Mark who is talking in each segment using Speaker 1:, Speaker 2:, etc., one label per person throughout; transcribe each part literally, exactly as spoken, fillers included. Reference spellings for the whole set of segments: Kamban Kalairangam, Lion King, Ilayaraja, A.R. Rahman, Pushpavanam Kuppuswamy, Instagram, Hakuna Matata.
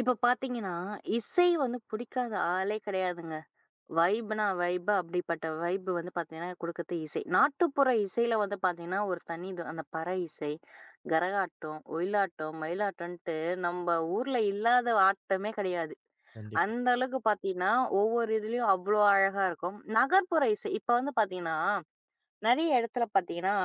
Speaker 1: இப்ப பாத்தீங்கன்னா, இசை வந்து பிடிக்காத ஆளே கிடையாதுங்க. வைப்னா வைப் அப்படிப்பட்ட வைப் வந்து பாத்தீங்கன்னா, குடுக்குறது இசை. நாட்டுப்புற இசையில வந்து பாத்தீங்கன்னா, ஒரு தனி இது. அந்த பறை இசை, கரகாட்டம், ஒயிலாட்டம், மயிலாட்டம்ன்ட்டு நம்ம ஊர்ல இல்லாத ஆட்டமே கிடையாது.
Speaker 2: கண்டிப்பா.
Speaker 1: அந்த அளவுக்கு பாத்தீங்கன்னா, ஒவ்வொரு இதுலயும் அவ்ளோ அழகா இருக்கும். நகர்ப்புற இசை இப்ப வந்து பாத்தீங்கன்னா, நெறைய இடத்துல பாத்தீங்கன்னா,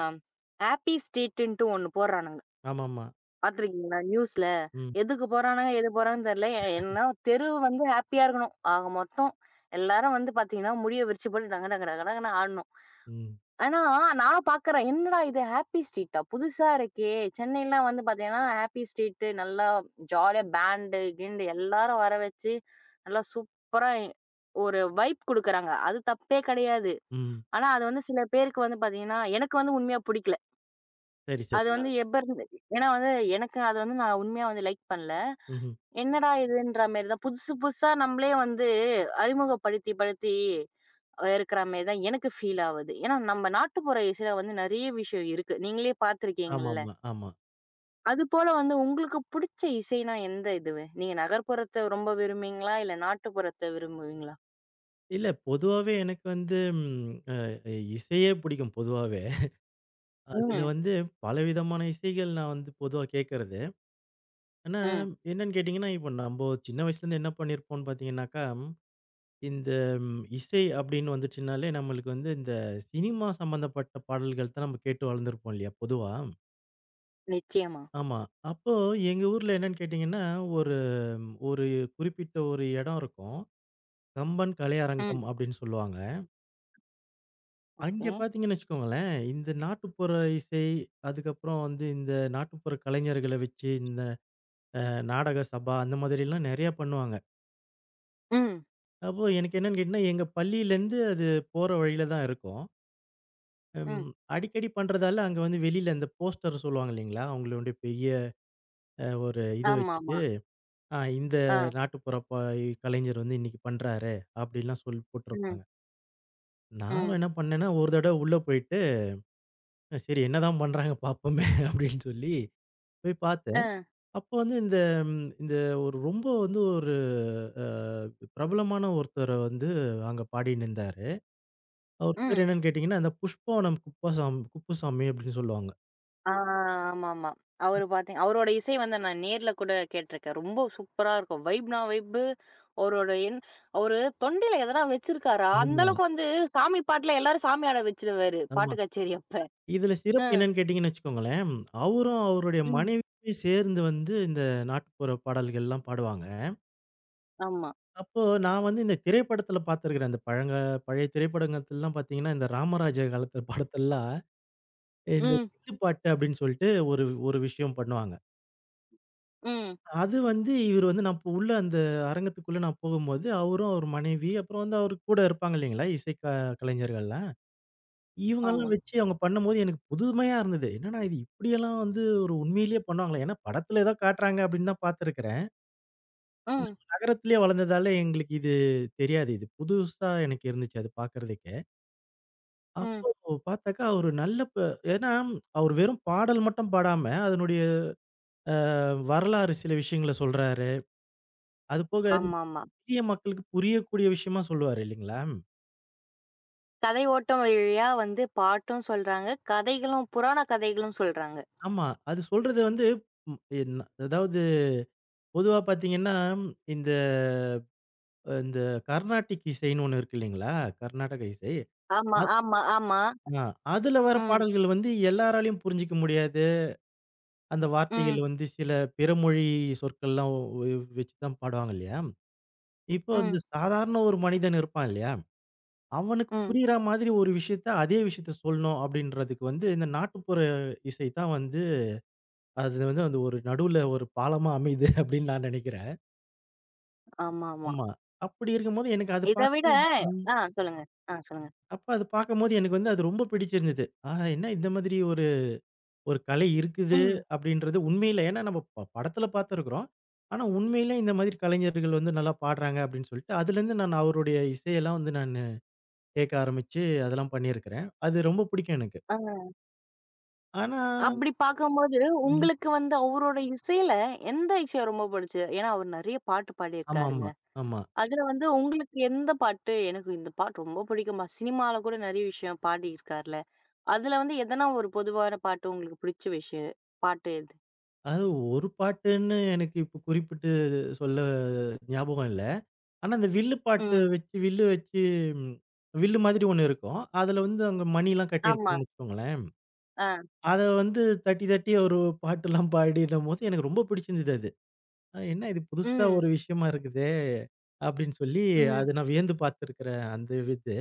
Speaker 1: ஹாப்பி ஸ்ட்ரீட்ன்ட்டு ஒண்ணு போடுறானுங்க.
Speaker 2: ஆமாமா.
Speaker 1: பார்த்துருக்கீங்களா நியூஸ்ல?
Speaker 2: ம்.
Speaker 1: எதுக்கு போறானுங்க? எது போறான்னு தெரியல. ஏன்னா தெரு வந்து ஹேப்பியா இருக்கணும். ஆக மொத்தம் எல்லாரும் வந்து பார்த்தீங்கன்னா, முடிய விரிச்சு போட்டு டங்க டங்க டக டகன்னு ஆடணும்.
Speaker 2: ம்.
Speaker 1: ஆனா நானும் பார்க்குறேன். என்னடா இது ஹேப்பி ஸ்ட்ரீட்டா? புதுசா இருக்கே! சென்னைலாம் வந்து பார்த்தீங்கன்னா, ஹேப்பி ஸ்ட்ரீட் நல்லா ஜாலியா பேண்டு, கீண்டு எல்லாரும் வர வச்சு, நல்லா சூப்பரா ஒரு வைப் குடுக்குறாங்க. அது தப்பே கிடையாது.
Speaker 2: ம்.
Speaker 1: ஆனா அது வந்து சில பேருக்கு வந்து பார்த்தீங்கன்னா, எனக்கு வந்து உண்மையா புடிக்கல.
Speaker 2: சரி, சரி.
Speaker 1: அது
Speaker 2: ஆ.
Speaker 1: வந்து எப்பருந்து ஏன்னா வந்து எனக்கு அது வந்து நான் உண்மையா வந்து லைக் பண்ணல.
Speaker 2: ம்ஹ்ம்.
Speaker 1: என்னடா இதுன்ற மாரி தான் புதுசு புதுசா நம்மளே வந்து அறிமுகப்படுத்தி படுத்தி இருக்கிற மாரி தான் எனக்கு ஃபீல் ஆவுது. ஏன்னா நம்ம நாட்டுப்புற இசையில வந்து நெறைய விஷயம் இருக்கு. நீங்களே பார்த்துருக்கீங்கள்ல.
Speaker 2: ஆமாமா, ஆமா.
Speaker 1: அதுபோல வந்து உங்களுக்கு புடிச்ச இசைனா எந்த இதுவு? நீங்க நகர்ப்புறத்த ரொம்ப விரும்புவீங்களா? இல்ல நாட்டுப்புறத்த விரும்புவீங்களா?
Speaker 2: இல்ல பொதுவாவே எனக்கு வந்து ம் அ இசையே பிடிக்கும் பொதுவாவே. அதுல
Speaker 1: ம்,
Speaker 2: வந்து பலவிதமான இசைகள் நான் வந்து பொதுவா கேட்கறது. ஆனா
Speaker 1: ம்.
Speaker 2: என்னன்னு கேட்டீங்கன்னா, இப்ப நம்ப சின்ன வயசுலேருந்து என்ன பண்ணியிருப்போம்ன்னு பார்த்தீங்கன்னாக்கா, இந்த ம் இசை அப்படின்னு வந்துச்சுனாலே நம்மளுக்கு வந்து இந்த சினிமா சம்பந்தப்பட்ட பாடல்கள் தான் நம்ம கேட்டு வளர்ந்துருப்போம் இல்லையா பொதுவா?
Speaker 1: நிச்சயமா.
Speaker 2: ஆமா. அப்போ எங்க ஊர்ல என்னன்னு கேட்டீங்கன்னா, ஒரு ஒரு குறிப்பிட்ட ஒரு இடம் இருக்கும். கம்பன்
Speaker 1: ம்.
Speaker 2: கலையரங்கம் அப்படின்னு சொல்லுவாங்க. அங்கே
Speaker 1: ஓகே.
Speaker 2: பார்த்தீங்கன்னு வச்சுக்கோங்களேன், இந்த நாட்டுப்புற இசை, அதுக்கப்புறம் வந்து இந்த நாட்டுப்புற கலைஞர்கள வச்சு இந்த நாடக சபா அந்த மாதிரிலாம் நெறையா பண்ணுவாங்க.
Speaker 1: ம்,
Speaker 2: அப்போ எனக்கு என்னன்னு கேட்டீங்கன்னா, எங்க பள்ளியிலேருந்து அது போற வழியில தான் இருக்கும். ம்
Speaker 1: ம்.
Speaker 2: அடிக்கடி பண்றதால அங்க வந்து வெளியில அந்த போஸ்டர் சொல்லுவாங்க இல்லைங்களா? அவங்களுடைய பெரிய அ ஒரு இது வச்சுட்டு
Speaker 1: ஆமாமா.
Speaker 2: ஆ இந்த
Speaker 1: ஆ.
Speaker 2: நாட்டுப்புற ப கலைஞர் வந்து இன்னைக்கு பண்றாரு, அப்படின்லாம் சொல்லி
Speaker 1: ம்,
Speaker 2: போட்டிருப்பாங்க. நானும்
Speaker 1: ம்.
Speaker 2: என்ன பண்ணேன்னா, ஒரு தடவ உள்ள போயிட்டு, சரி என்னதான் பண்றாங்க பார்ப்போமே அப்படின்னு சொல்லி போய் பார்த்தேன்.
Speaker 1: ஆ.
Speaker 2: அப்போ வந்து இந்த ம் இந்த ஒரு ரொம்ப வந்து ஒரு அ பிரபலமான ஒருத்தர வந்து அங்க பாடின்னு இருந்தாரு. அவர் பேர்
Speaker 1: ம்.
Speaker 2: என்னன்னு கேட்டீங்கன்னா, அந்த புஷ்பவனம் குப்பசாமி குப்புசாமி அப்படின்னு சொல்லுவாங்க.
Speaker 1: ஆ ஆமாமா. அவரு பாத்தீங் அவரோட இசை வந்து நான் நேர்ல கூட கேட்டுருக்கேன். ரொம்ப சூப்பரா இருக்கும். வைப்னா வைப். அவரோட என் அவரு தொண்டையில எதனா வச்சிருக்காரா? அந்த
Speaker 2: ஆமா.
Speaker 1: அளவுக்கு வந்து சாமி பாட்டுல எல்லாரும் சாமி ஆட வச்சுருவாரு.
Speaker 2: ஆமா.
Speaker 1: பாட்டு கச்சேரி அப்ப.
Speaker 2: இதுல
Speaker 1: அ.
Speaker 2: சிறப்பு என்னன்னு கேட்டீங்கன்னு வச்சுக்கோங்களேன், அவரும் அவருடைய
Speaker 1: ம்.
Speaker 2: மனைவியுமே சேர்ந்து வந்து இந்த நாட்டுப்புற பாடல்கள்லாம் பாடுவாங்க.
Speaker 1: ஆமா.
Speaker 2: அப்போ நான் வந்து இந்த திரைப்படத்துல பார்த்துருக்கிறேன். அந்த பழங்க பழைய திரைப்படங்கள்லாம் பார்த்தீங்கன்னா, இந்த ராமராஜ காலத்து படத்தெல்லாம் இந்த
Speaker 1: ம்.
Speaker 2: வில்லு பாட்டு அப்படின்னு சொல்லிட்டு ஒரு ஒரு விஷயம் பண்ணுவாங்க.
Speaker 1: ம்.
Speaker 2: அது வந்து இவரு வந்து நான் இப்போ உள்ள அந்த அரங்கத்துக்குள்ள நான் போகும்போது, அவரும் அவர் மனைவி அப்புறம் வந்து அவர் கூட இருப்பாங்க இல்லைங்களா? இசை க கலைஞர்கள்லாம். இவங்கலாம்
Speaker 1: ஆமா.
Speaker 2: வச்சு அவங்க பண்ணும்போது எனக்கு புதுமையா இருந்தது. என்னடா இது இப்படியெல்லாம் வந்து ஒரு உண்மையிலேயே பண்ணுவாங்களா? ஏன்னா படத்துல ஏதோ காட்டுறாங்க அப்படின்னு தான் பார்த்துருக்கிறேன். நம்ம
Speaker 1: ம்.
Speaker 2: நகரத்திலேயே வளர்ந்ததால எங்களுக்கு இது தெரியாது. இது புதுசா எனக்கு இருந்துச்சு அது பார்க்கறதுக்கே.
Speaker 1: ம்.
Speaker 2: அப்போ பார்த்தாக்கா ஒரு நல்ல ப ஏன்னா அவர் வெறும் பாடல் மட்டும் பாடாம, அதனுடைய வரலாறு சில விஷயங்கள சொல்றாரு. அதுபோக
Speaker 1: ஆமாமா.
Speaker 2: எளிய மக்களுக்கு புரியக்கூடிய விஷயமா சொல்லுவாரு இல்லைங்களா?
Speaker 1: கதை ஓட்டம் வழியா வந்து பாட்டும் சொல்றாங்க. கதைகளும் புராண கதைகளும் சொல்றாங்க.
Speaker 2: ஆமா. அது சொல்றது வந்து ம் என் அதாவது பொதுவா பார்த்தீங்கன்னா, இந்த இந்த கர்நாடிக் இசைன்னு ஒண்ணு இருக்கு இல்லைங்களா? கர்நாடக இசை.
Speaker 1: ஆமா,
Speaker 2: அத்
Speaker 1: ஆமா, ஆமா.
Speaker 2: ஆ அதுல வர
Speaker 1: ம்.
Speaker 2: பாடல்கள் வந்து எல்லாராலயும் புரிஞ்சுக்க முடியாது. அந்த வார்த்தைகள்
Speaker 1: ம்.
Speaker 2: வந்து சில பிறமொழி சொற்கள்லாம் வ வச்சு தான் பாடுவாங்க இல்லையா? இப்போ வந்து
Speaker 1: ம்.
Speaker 2: சாதாரண ஒரு மனிதன் இருப்பான் இல்லையா? அவனுக்கு
Speaker 1: ம்.
Speaker 2: புரியிற மாதிரி ஒரு விஷயத்த அதே விஷயத்த சொல்லணும் அப்படின்றதுக்கு வந்து இந்த நாட்டுப்புற இசை தான் வந்து அது வந்து அந்த ஒரு நடுவுல ஒரு பாலமா அமையுது அப்படின்னு நான் நினைக்கிறேன்.
Speaker 1: ஆமாமா.
Speaker 2: ஆமா. அப்படி இருக்கும்போது எனக்கு அது
Speaker 1: இத
Speaker 2: பார்த்து
Speaker 1: விட ஆ சொல்லுங்க. ஆ சொல்லுங்க.
Speaker 2: அப்ப அது பார்க்கும்போது எனக்கு வந்து அது ரொம்ப பிடிச்சிருந்தது. ஆஹா! என்ன இந்த மாதிரி ஒரு ஒரு கலை இருக்குது
Speaker 1: ம்.
Speaker 2: அப்படின்றது உண்மையில ஏன்னா நம்ம ப படத்துல பார்த்துருக்குறோம். ஆனா உண்மையிலே இந்த மாதிரி கலைஞர்கள் வந்து நல்லா பாடுறாங்க அப்படின்னு சொல்லிட்டு, அதுலேருந்து நான் அவருடைய இசையெல்லாம் வந்து நானு கேட்க ஆரம்பிச்சு அதெல்லாம் பண்ணியிருக்கிறேன். அது ரொம்ப பிடிக்கும் எனக்கு.
Speaker 1: ஆ
Speaker 2: ஆனா
Speaker 1: அப்படி பார்க்கும்போது,
Speaker 2: ம்.
Speaker 1: உங்களுக்கு வந்து அவரோட இசையில எந்த இசை ரொம்ப பிடிச்சது? ஏன்னா, அவர் நெறைய பாட்டு பாடியிருக்காருங்க.
Speaker 2: ஆமாமா, ஆமா. ஆமா
Speaker 1: அதுல வந்து உங்களுக்கு எந்த பாட்டு, எனக்கு இந்த பாட்டு ரொம்ப பிடிக்கும்பா. சினிமால கூட நெறைய விஷயம் பாடியிருக்கார்ல. அதுல வந்து எதனா ஒரு பொதுவான பாட்டு உங்களுக்கு பிடிச்ச விஷயம் பாட்டு எது?
Speaker 2: அது ஒரு பாட்டுன்னு எனக்கு இப்போ குறிப்பிட்டு சொல்ல ஞாபகம் இல்ல. ஆனா அந்த வில்லு பாட்டு
Speaker 1: ம்.
Speaker 2: வச்சு வில்லு வச்சு ம் வில்லு மாதிரி ஒண்ணு இருக்கும். அதுல வந்து அங்க மணிலாம்
Speaker 1: ஆமா.
Speaker 2: கட்டியிருப்பாங்கன்னு வச்சுக்கோங்களேன்.
Speaker 1: ஆ.
Speaker 2: அத வந்து தட்டி, தட்டி ஒரு பாட்டெல்லாம் பாடினம்போது, எனக்கு ரொம்ப பிடிச்சிருந்தது அது. அ என்ன இது புதுசா
Speaker 1: ம்.
Speaker 2: ஒரு விஷயமா இருக்குதே! அப்படின்னு சொல்லி,
Speaker 1: ம்.
Speaker 2: அது நான் வியந்து பார்த்துருக்கிறேன், அந்த இது.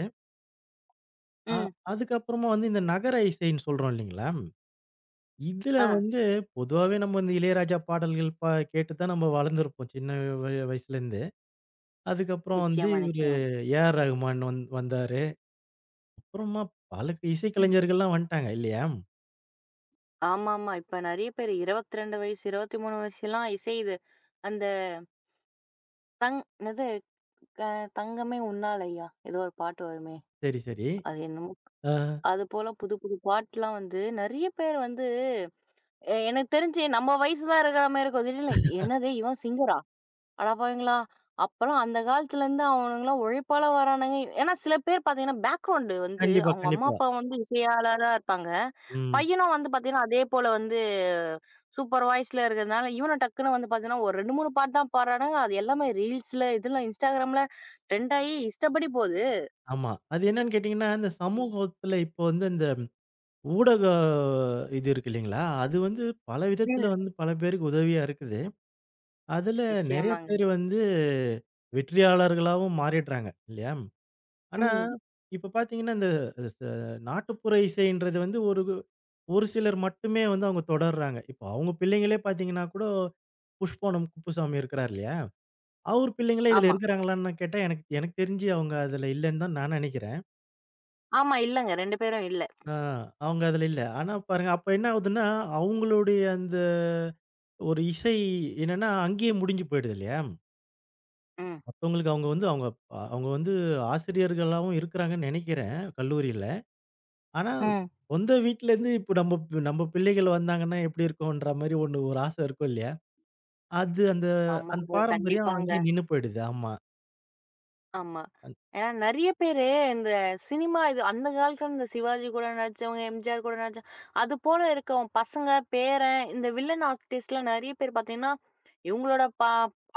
Speaker 2: அ
Speaker 1: ம்.
Speaker 2: அதுக்கப்புறமா வந்து இந்த நகர இசைன்னு சொல்றோம் இல்லைங்களா? இதுல
Speaker 1: ஆ.
Speaker 2: வந்து பொதுவாவே நம்ம இந்த இளையராஜா பாடல்கள் ப கேட்டு தான் நம்ம வளர்ந்துருப்போம், சின்ன வய வயசுலேருந்து. அதுக்கப்புறம் வந்து
Speaker 1: நிச்சயமா,
Speaker 2: இவரு
Speaker 1: நிச்சயமா.
Speaker 2: ஏஆர் ரகுமான் வந் வந்தாரு. அப்புறமா பல
Speaker 1: ம்.
Speaker 2: இசைக்கலைஞர்கள்லாம் வந்துட்டாங்க இல்லையா?
Speaker 1: ஆமாமா. இப்ப நெறைய பேர் இருபத்தி இரண்டு வயசு, இருபத்தி மூன்று வயசுலாம் இசை இது அந்த தங் என்னது க "தங்கமே உன்னாலயா" ஏதோ ஒரு பாட்டு வருமே!
Speaker 2: சரி, சரி.
Speaker 1: அது என்னமோ
Speaker 2: அ
Speaker 1: அது போல புது புது பாட்டுலாம் வந்து நெறைய பேர் வந்து எ எனக்கு தெரிஞ்சு நம்ம வயசு தான் இருக்கிற மாரி இருக்கும். திடீர்னு "என்னது இவன் சிங்கரா? அடப்பாவிங்களா!" அப்பலாம் அந்த காலத்துலேருந்து அவனுங்கலாம் உழைப்பால வரானுங்க. ஏன்னா சில பேர் பார்த்தீங்கன்னா, பேக்ரவுண்டு வந்து
Speaker 2: கண்டிப்பா,
Speaker 1: அவங்க அம்மா,
Speaker 2: கண்டிப்பா.
Speaker 1: அப்பா வந்து இசையாளரா இருப்பாங்க.
Speaker 2: ம்.
Speaker 1: பையனும் வந்து பாத்தீங்கன்னா, அதே போல வந்து சூப்பர் வாய்ஸ்ல இருக்கிறதுனால, இவனும் டக்குனு வந்து பாத்தீங்கன்னா, ஒரு இரண்டு, மூன்று பாட்டு தான் பாடுறானுங்க. அது எல்லாமே ரீல்ஸ்ல, இதுல Instagramல ட்ரெண்ட் ஆயி இஷ்டப்படி போகுது.
Speaker 2: ஆமா. அது என்னன்னு கேட்டீங்கன்னா, இந்த
Speaker 1: ஆமா.
Speaker 2: சமூகத்துல இப்போ வந்து இந்த ஊடக இது இருக்கு இல்லைங்களா? அது வந்து பல விதத்துல
Speaker 1: ம்.
Speaker 2: வந்து பல பேருக்கு உதவியா இருக்குது. அதுல நெறைய
Speaker 1: நிச்சயமாங்க.
Speaker 2: பேரு வந்து வெற்றியாளர்களாவும் மாறிடுறாங்க இல்லையா? ஆனா,
Speaker 1: ம்.
Speaker 2: இப்ப பார்த்தீங்கன்னா, இந்த ச நாட்டுப்புற இசைன்றது வந்து ஒரு ஒரு சிலர் மட்டுமே வந்து அவங்க தொடர்றாங்க. இப்போ அவங்க பிள்ளைங்களே பார்த்தீங்கன்னா கூட, புஷ்போனம் குப்புசாமி இருக்கிறார் இல்லையா? அவர் பிள்ளைங்களே இதுல
Speaker 1: ஆமா.
Speaker 2: இருக்கிறாங்களான்னு கேட்டா, எனக்கு எனக்கு தெரிஞ்சு அவங்க அதுல இல்லன்னு தான் நான் நெனைக்கிறேன்.
Speaker 1: ஆமா. இல்லங்க. இரண்டு பேரும் இல்ல.
Speaker 2: ஆ, அவங்க அதுல இல்ல. ஆனா பாருங்க, அப்ப என்ன ஆகுதுன்னா, அவங்களுடைய அந்த ஒரு இசை என்னன்னா, அங்கேயே முடிஞ்சு போயிடுது இல்லையா?
Speaker 1: ம்.
Speaker 2: மத்தவங்களுக்கு அவங்க வந்து அவங்க அவங்க வந்து ஆசிரியர்களாவும் இருக்கிறாங்கன்னு நெனைக்கிறேன், கல்லூரியில. ஆனா,
Speaker 1: ம்.
Speaker 2: சொந்த வீட்லருந்து இப்ப நம்ம பி- நம்ம பிள்ளைகள் வந்தாங்கன்னா எப்படி இருக்கும்ன்ற மாரி ஒண்ணு ஒரு ஆசை இருக்கும் இல்லையா? அது அந்த அந்த
Speaker 1: ஆமாங்க.
Speaker 2: பாரம்பரியம்
Speaker 1: கண்டிப்பாங்க.
Speaker 2: அங்கேயே நின்னு போயிடுது. ஆமா.
Speaker 1: ஆமா.
Speaker 2: அந்
Speaker 1: ஏன்னா நெறைய பேரு இந்த சினிமா இது அந்த காலத்துல இந்த சிவாஜி கூட நடிச்சவங்க, எம்ஜிஆர் கூட நடிச்ச அது போல இருக்கவன் பசங்க, பேரன் இந்த வில்லன் ஆர்டிஸ்ட்லாம் நெறைய பேர் பார்த்தீங்கன்னா, இவங்களோட பா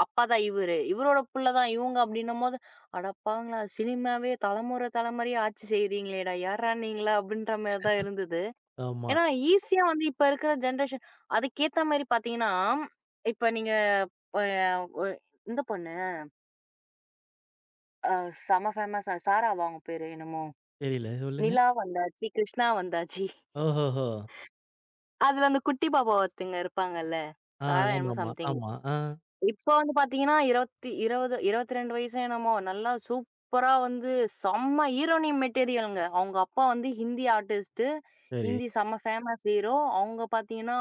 Speaker 1: அப்பா தான் இவரு. இவரோட புள்ள தான் இவங்க அப்படின்னும்போது, அடப்பாவிங்களா! சினிமாவே தலைமுறை தலைமுறையா ஆட்சி செய்றீங்களேடா! யார்ரா நீங்களா? அப்படின்ற மாரி தான் இருந்தது.
Speaker 2: ஆமா.
Speaker 1: ஏன்னா ஈஸியா வந்து இப்ப இருக்கிற ஜெனரேஷன் அதுக்கேத்த மாரி பார்த்தீங்கன்னா, இப்ப நீங்க அ ஒ இந்த பொண்ணு அ செம ஃபேமஸா சாராவா அவங்க பேரு என்னமோ?
Speaker 2: தெரியல. சொல்லுங்க.
Speaker 1: நிலா வந்தாச்சு, கிருஷ்ணா வந்தாச்சு.
Speaker 2: ஓஹோஹோ!
Speaker 1: அதுல அந்த குட்டி பாப்பா ஒருத்தங்க இருப்பாங்கல்ல.
Speaker 2: ஆ.
Speaker 1: சாரா என்னமோ
Speaker 2: ஆமாமா.
Speaker 1: சம்திங்.
Speaker 2: ஆமா. ஆமா. ஆ.
Speaker 1: இப்போ வந்து பாத்தீங்கன்னா, இருபது இருபது இருபத்தி இரண்டு வயசோ என்னமோ, நல்லா சூப்பரா வந்து செம்ம ஹீரோனி மெட்டீரியல்ங்க. அவங்க அப்பா வந்து ஹிந்தி ஆர்டிஸ்ட்டு.
Speaker 2: சரி.
Speaker 1: ஹிந்தி செம்ம ஃபேமஸ் ஹீரோ. அவங்க பாத்தீங்கன்னா,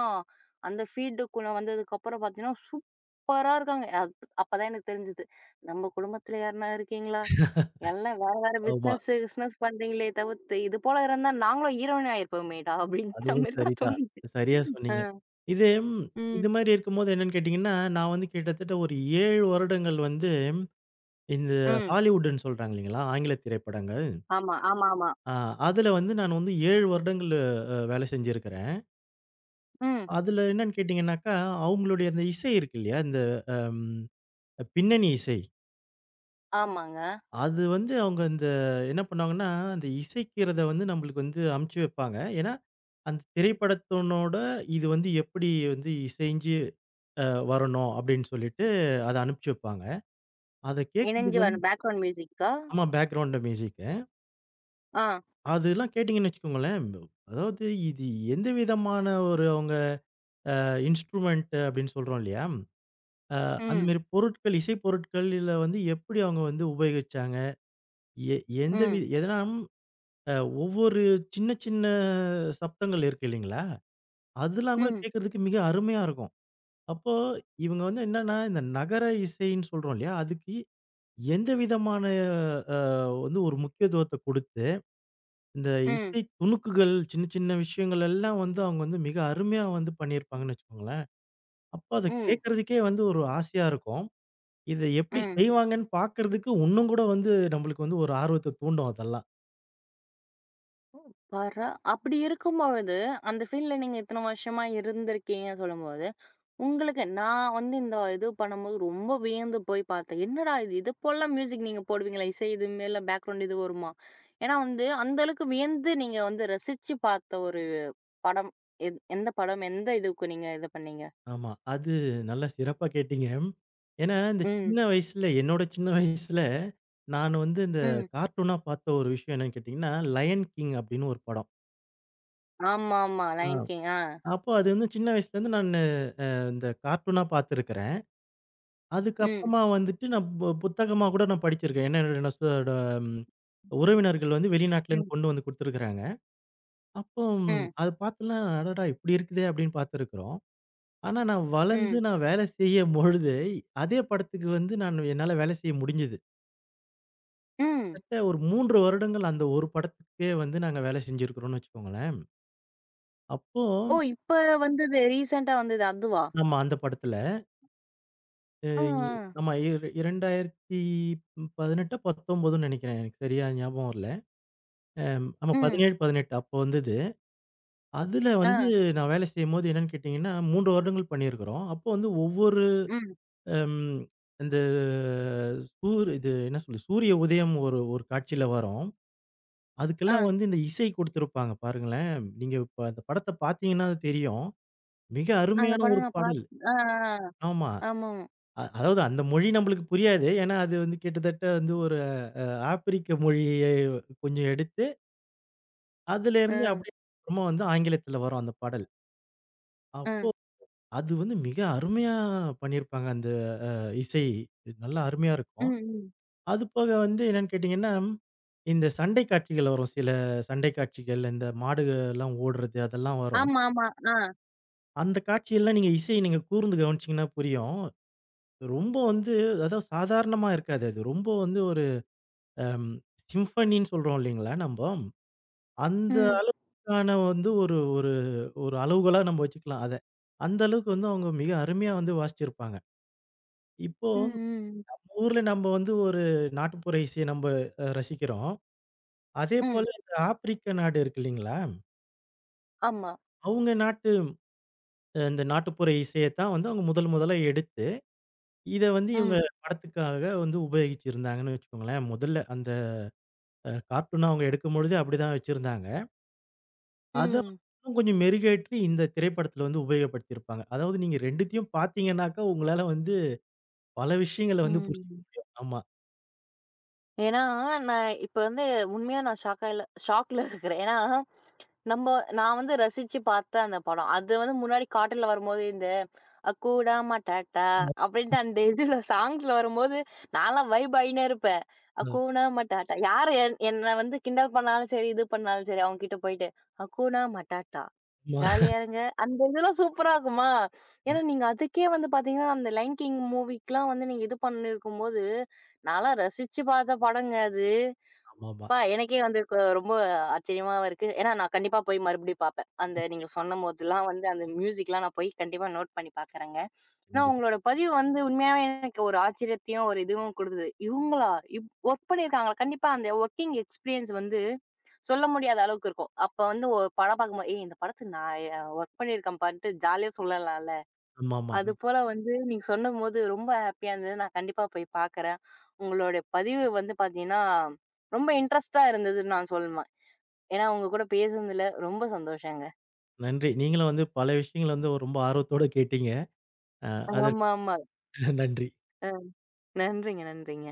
Speaker 1: அந்த ஃபீல்டுக்குள்ள வந்ததுக்கப்புறம் பாத்தீங்கன்னா, சூப்பரா இருக்காங்க. அப் அப்பதான் எனக்கு தெரிஞ்சது. நம்ம குடும்பத்துல யாருன்னா இருக்கீங்களா? எல்லாம் வேற வேற
Speaker 2: ஆமா.
Speaker 1: பிசினஸ் கிஸ்னஸ் பண்றீங்களே தவிர்த்து, இது போல இருந்தா நாங்களும் ஹீரோயின் ஆயிருப்போமேடா! அப்படின்ற
Speaker 2: அதுவும்
Speaker 1: மாரிலாம்
Speaker 2: சரிதான்.
Speaker 1: தோணுது.
Speaker 2: சரியா சொன்னீங்க.
Speaker 1: ஆ.
Speaker 2: இது ம் இது
Speaker 1: ம்.
Speaker 2: மாரி இருக்கும்போது என்னன்னு கேட்டீங்கன்னா, நான் வந்து கிட்டத்தட்ட ஒரு ஏழு வருடங்கள் வந்து இந்த
Speaker 1: ம்.
Speaker 2: ஹாலிவுட்ன்னு சொல்றாங்க இல்லைங்களா? ஆங்கில திரைப்படங்கள்.
Speaker 1: ஆமா, ஆமா, ஆமா.
Speaker 2: அ அதுல வந்து நான் வந்து ஏழு வருடங்கள் அ வேலை செஞ்சிருக்கிறேன்.
Speaker 1: ம்.
Speaker 2: அதுல என்னன்னு கேட்டீங்கன்னாக்கா, அவங்களுடைய அந்த இசை இருக்கு இல்லையா? இந்த அம் பின்னணி இசை.
Speaker 1: ஆமாங்க.
Speaker 2: அது வந்து அவங்க இந்த என்ன பண்ணுவாங்கன்னா, அந்த இசைக்கிறத வந்து நம்மளுக்கு வந்து அனுப்பிச்சு வைப்பாங்க. ஏன்னா, அந்த திரைப்படத்தினோட இது வந்து எப்படி வந்து இசைஞ்சு அ வரணும் அப்படின்னு சொல்லிட்டு அத அனுப்பிச்சு வைப்பாங்க. அத
Speaker 1: இணைஞ்சு
Speaker 2: கேட்கறதுக்கு வந்து
Speaker 1: வரும் பேக்ரவுண்ட் மியூசிக்கா?
Speaker 2: ஆமா பேக்கிரவுண்ட் மியூசிக்.
Speaker 1: ஆ.
Speaker 2: அதெல்லாம் கேட்டீங்கன்னு வச்சுக்கோங்களேன், அதாவது இது எந்த விதமான ஒரு அவங்க இன்ஸ்ட்ருமென்ட் அப்படின்னு சொல்றோம் இல்லையா? அ அந்த
Speaker 1: ம்.
Speaker 2: மாரி பொருட்கள், இசை பொருட்கள்ல வந்து எப்படி அவங்க வந்து உபயோகிச்சாங்க? எ எந்த வி
Speaker 1: ம்.
Speaker 2: எதனா அ ஒவ்வொரு சின்ன சின்ன சப்தங்கள் இருக்கு இல்லைங்களா? அதெல்லாம் கூட
Speaker 1: ம்.
Speaker 2: கேட்கறதுக்கு மிக அருமையா இருக்கும். அப்போ இவங்க வந்து என்னன்னா, இந்த நகர இசைன்னு சொல்றோம் இல்லையா? அதுக்கு எந்த விதமான அ வந்து ஒரு முக்கியத்துவத்த குடுத்து, இந்த
Speaker 1: ம்.
Speaker 2: இசை துணுக்குகள், சின்ன சின்ன விஷயங்கள் எல்லாம் வந்து அவங்க வந்து மிக அருமையா வந்து பண்ணியிருப்பாங்கன்னு வச்சுக்கோங்களேன். அப்போ அத
Speaker 1: ம்.
Speaker 2: கேட்கறதுக்கே வந்து ஒரு ஆசையா இருக்கும். இத எப்படி
Speaker 1: ம்.
Speaker 2: செய்வாங்கன்னு பார்க்கறதுக்கு உன்னும் கூட வந்து நம்மளுக்கு வந்து ஒரு ஆர்வத்த தூண்டும் அதெல்லாம்.
Speaker 1: பார்றா! அப்படி இருக்கும்பொழுது, அந்த ஃபீல்ட்ல நீங்க இத்தன வருஷமா இருந்திருக்கீங்க சொல்லும்போது உங்களுக்கு நான் வந்து இந்த இது பண்ணும்போது ரொம்ப வியந்து போய் பார்த்தேன். என்னடா இது! இது போலலாம் மியூசிக் நீங்க போடுவீங்களா? இசை இது மேல பேக்ரவுண்ட் இது வருமா? ஏன்னா வந்து அந்த அளவுக்கு வியந்து நீங்க வந்து ரசிச்சு பார்த்த ஒரு படம். எந் எந்த படம்? எந்த இதுக்கு நீங்க இது பண்ணீங்க?
Speaker 2: ஆமா. அது நல்லா சிறப்பா கேட்டீங்க. ஏன்னா இந்த
Speaker 1: ம்.
Speaker 2: சின்ன வயசுல என்னோட சின்ன வயசுல நான் வந்து இந்த
Speaker 1: ம்.
Speaker 2: கார்ட்டூனா பார்த்த ஒரு விஷயம் என்னன்னு கேட்டீங்கன்னா, லயன் கிங் அப்படின்னு ஒரு படம்.
Speaker 1: ஆமாமா.
Speaker 2: ஆ.
Speaker 1: Lion King. ஆ.
Speaker 2: அப்போ அது வந்து சின்ன வயசுலேருந்து நான் இந்த கார்ட்டூனா பார்த்துருக்கிறேன்.
Speaker 1: ம்.
Speaker 2: அதுக்கப்புறமா வந்துட்டு நான் பு புத்தகமா கூட நான் படிச்சிருக்கேன். ஏன்னா என்னோட சொ டொ ம் உறவினர்கள் வந்து
Speaker 1: ம்.
Speaker 2: வெளிநாட்டிலேருந்து கொண்டு வந்து குடுத்துருக்கிறாங்க. அப்போ
Speaker 1: ம்.
Speaker 2: அத பார்த்துலாம் அடடா! இப்படி இருக்குதே அப்படின்னு பார்த்துருக்கிறோம். ஆனா நான் வளர்ந்து
Speaker 1: ம்.
Speaker 2: நான் வேலை செய்யும்பொழுது, அதே படத்துக்கு வந்து நான் என்னால வேலை செய்ய முடிஞ்சது.
Speaker 1: ம்.
Speaker 2: கிட்டத்தட்ட ஒரு மூன்று வருடங்கள் அந்த ஒரு படத்துக்கே வந்து நாங்க வேலை செஞ்சிருக்கிறோம்னு வச்சுக்கோங்களேன். அப்போ
Speaker 1: ஓ! இப்ப வந்தது ரீசென்ட்டா வந்தது அதுவா?
Speaker 2: ஆமா அந்த படத்துல. அ
Speaker 1: ஆ, ஆ.
Speaker 2: ஆமா இர இரண்டாயிரத்து பதினெட்டு, 19ன்னு நினைக்கிறேன். எனக்கு சரியா ஞாபகம் வரல. அம் ஆமா
Speaker 1: ம்.
Speaker 2: பதினேழு, பதினெட்டு அப்போ வந்தது. அதுல
Speaker 1: ஆ.
Speaker 2: வந்து நான் வேலை செய்யும்போது என்னன்னு கேட்டீங்கன்னா, மூன்று வருடங்கள் பண்ணியிருக்கிறோம். அப்போ வந்து ஒவ்வொரு
Speaker 1: ம்.
Speaker 2: அம் இந்த சூர் இது என்ன சொல்றது? சூரிய உதயம் ஒரு ஒரு காட்சியில வரும்.
Speaker 1: ஆ.
Speaker 2: அதுக்கெல்லாம் வந்து இந்த இசை குடுத்திருப்பாங்க பாருங்களேன். நீங்க இப்ப அந்த படத்த பார்த்தீங்கன்னா அது தெரியும். மிக
Speaker 1: அந்த
Speaker 2: அருமையான
Speaker 1: படம்
Speaker 2: ஒரு
Speaker 1: நான் பாத்
Speaker 2: பாடல்.
Speaker 1: ஆ, ஆ.
Speaker 2: ஆமா.
Speaker 1: ஆமாமா.
Speaker 2: அ அதாவது அந்த மொழி நம்மளுக்கு புரியாது. ஏன்னா அது வந்து கிட்டத்தட்ட வந்து ஒரு அ ஆப்பிரிக்க மொழியை கொஞ்சம் எடுத்து, அதுலேருந்து
Speaker 1: ம்.
Speaker 2: அப்படியே அப்புறமா வந்து ஆங்கிலத்தில வரும் அந்த பாடல். அப்போ
Speaker 1: ம்.
Speaker 2: அது வந்து மிக அருமையா பண்ணியிருப்பாங்க. அந்த இசை நல்லா அருமையா
Speaker 1: ம்.
Speaker 2: இருக்கும்.
Speaker 1: ம்.
Speaker 2: அது போக வந்து என்னன்னு கேட்டீங்கன்னா, இந்த சண்டை காட்சிகள் வரும். சில சண்டை காட்சிகள், இந்த மாடுகள்லாம் ஓடுறது அதெல்லாம் வரும்.
Speaker 1: ஆமாமா. ஆ.
Speaker 2: அந்த காட்சியெல்லாம் நீங்க இசை நீங்க கூர்ந்து கவனிச்சீங்கன்னா புரியும். ரொம்ப வந்து அதாவது சாதாரணமா இருக்காது அது. ரொம்ப வந்து ஒரு அம் சிம்ஃபனின்னு சொல்றோம் இல்லைங்களா நம்போ? அந்த
Speaker 1: ம்.
Speaker 2: அளவுக்கான வந்து ஒரு ஒரு ஒரு அளவுகோலா நம்ம வச்சுக்கலாம் அத. அந்த அளவுக்கு வந்து அவங்க மிக அருமையா வந்து வாசிச்சிருப்பாங்க. இப்போ
Speaker 1: ம். ம்.
Speaker 2: ஊர்ல நம்ம வந்து ஒரு நாட்டுப்புற இசைய நம்ம அ ரசிக்கிறோம்.
Speaker 1: ம்.
Speaker 2: அதேபோல இந்த ஆப்பிரிக்க நாடு இருக்கு இல்லைங்களா?
Speaker 1: ஆமா.
Speaker 2: அவங்க நாட்டு அஹ், இந்த நாட்டுப்புற இசைய தான் வந்து அவங்க முதல் முதலா எடுத்து, இத வந்து இவங்க
Speaker 1: ம்.
Speaker 2: படத்துக்காக வந்து உபயோகிச்சிருந்தாங்கன்னு வச்சுக்கோங்களேன். முதல்ல அந்த அ கார்ட்டூனா அவங்க எடுக்கும்பொழுதே அப்படிதான் வச்சிருந்தாங்க. அத வந்து
Speaker 1: ம்.
Speaker 2: இன்னும் கொஞ்சம் மெருகேற்றி இந்த திரைப்படத்துல வந்து உபயோகப்படுத்தியிருப்பாங்க. அதாவது நீங்க 2த்தையும் பார்த்தீங்கன்னாக்கா, உங்களால வந்து பல விஷயங்கள வந்து புரிஞ்சுக்க
Speaker 1: ம்.
Speaker 2: முடியும். ஆமா.
Speaker 1: ஏன்னா, நான் இப்ப வந்து உண்மையா நான் ஷாக்காயில ஷாக்ல இருக்கிறேன். ஏன்னா, நம்ப நான் வந்து ரசிச்சு பார்த்த அந்த படம். அது வந்து முன்னாடி கார்ட்டூன்ல வரும்போது இந்த "அக்கூடா மட்டாட்டா" அப்படின்ட்டு அந்த இதுல சாங்ஸ்ல வரும்போது, நான்லாம் வைப் ஆயினே இருப்பேன்.
Speaker 2: ஆமா.
Speaker 1: "அக்கூடா மட்டாட்டா" யாரு என் என்ன வந்து கிண்டல் பண்ணாலும் சரி, இது பண்ணாலும் சரி, அவங்க கிட்ட போயிட்டு "அக்கூடா மட்டாட்டா"
Speaker 2: ஆமா.
Speaker 1: ஜாலியா இருங்க. அந்த இதெல்லாம் சூப்பரா இருக்குமா? ஏன்னா நீங்க அதுக்கே வந்து பார்த்தீங்கன்னா, அந்த லைன் கிங் மூவிக்குலாம் வந்து நீங்க இது பண்ணியிருக்கும்போது, நான்லாம் ரசிச்சு பார்த்த படங்க அது.
Speaker 2: ஆமாமா.
Speaker 1: அப்பா எனக்கே வந்து க ரொம்ப ஆச்சரியமாவும் இருக்கு. ஏன்னா நான் கண்டிப்பா போய் மறுபடியும் பார்ப்பேன். அந்த நீங்க சொன்னம்போதெல்லாம் வந்து அந்த மியூசிக்லாம் நான் போய் கண்டிப்பா நோட் பண்ணி பார்க்குறேங்க. ஆனா
Speaker 2: கண்டிப்பா.
Speaker 1: உங்களோட பதிவு வந்து உண்மையாவே எனக்கு ஒரு ஆச்சரியத்தையும், ஒரு இதுவும் குடுத்தது. இவங்களா? இப் ஒர்க் பண்ணியிருக்காங்களா? கண்டிப்பா அந்த ஒர்க்கிங் எக்ஸ்பீரியன்ஸ் வந்து சொல்ல முடியாத அளவுக்கு இருக்கும். அப்ப வந்து ஒரு படம் பார்க்கும்போது, "ஏய் இந்த படத்துக்கு நான் எ ஒர்க் பண்ணியிருக்கேன்ப்பான்ட்டு" ஜாலியா சொல்லலாம்ல.
Speaker 2: ஆமாமா.
Speaker 1: அதுபோல வந்து நீங்க சொன்னபோது ரொம்ப ஹேப்பியா இருந்தது. நான் கண்டிப்பா போய் பார்க்குறேன். உங்களுடைய பதிவு வந்து பார்த்தீங்கன்னா, ரொம்ப இன்ட்ரெஸ்ட்டா இருந்ததுன்னு நான் சொல்லுவேன். ஏன்னா, உங்க கூட பேசுனதுல ரொம்ப சந்தோஷங்க.
Speaker 2: நன்றி. நீங்களும் வந்து பல விஷயங்கள வந்து ரொம்ப ஆர்வத்தோட கேட்டீங்க. அ அதற்கு
Speaker 1: ஆமாமா.
Speaker 2: நன்றி.
Speaker 1: அ நன்றிங்க, நன்றிங்க.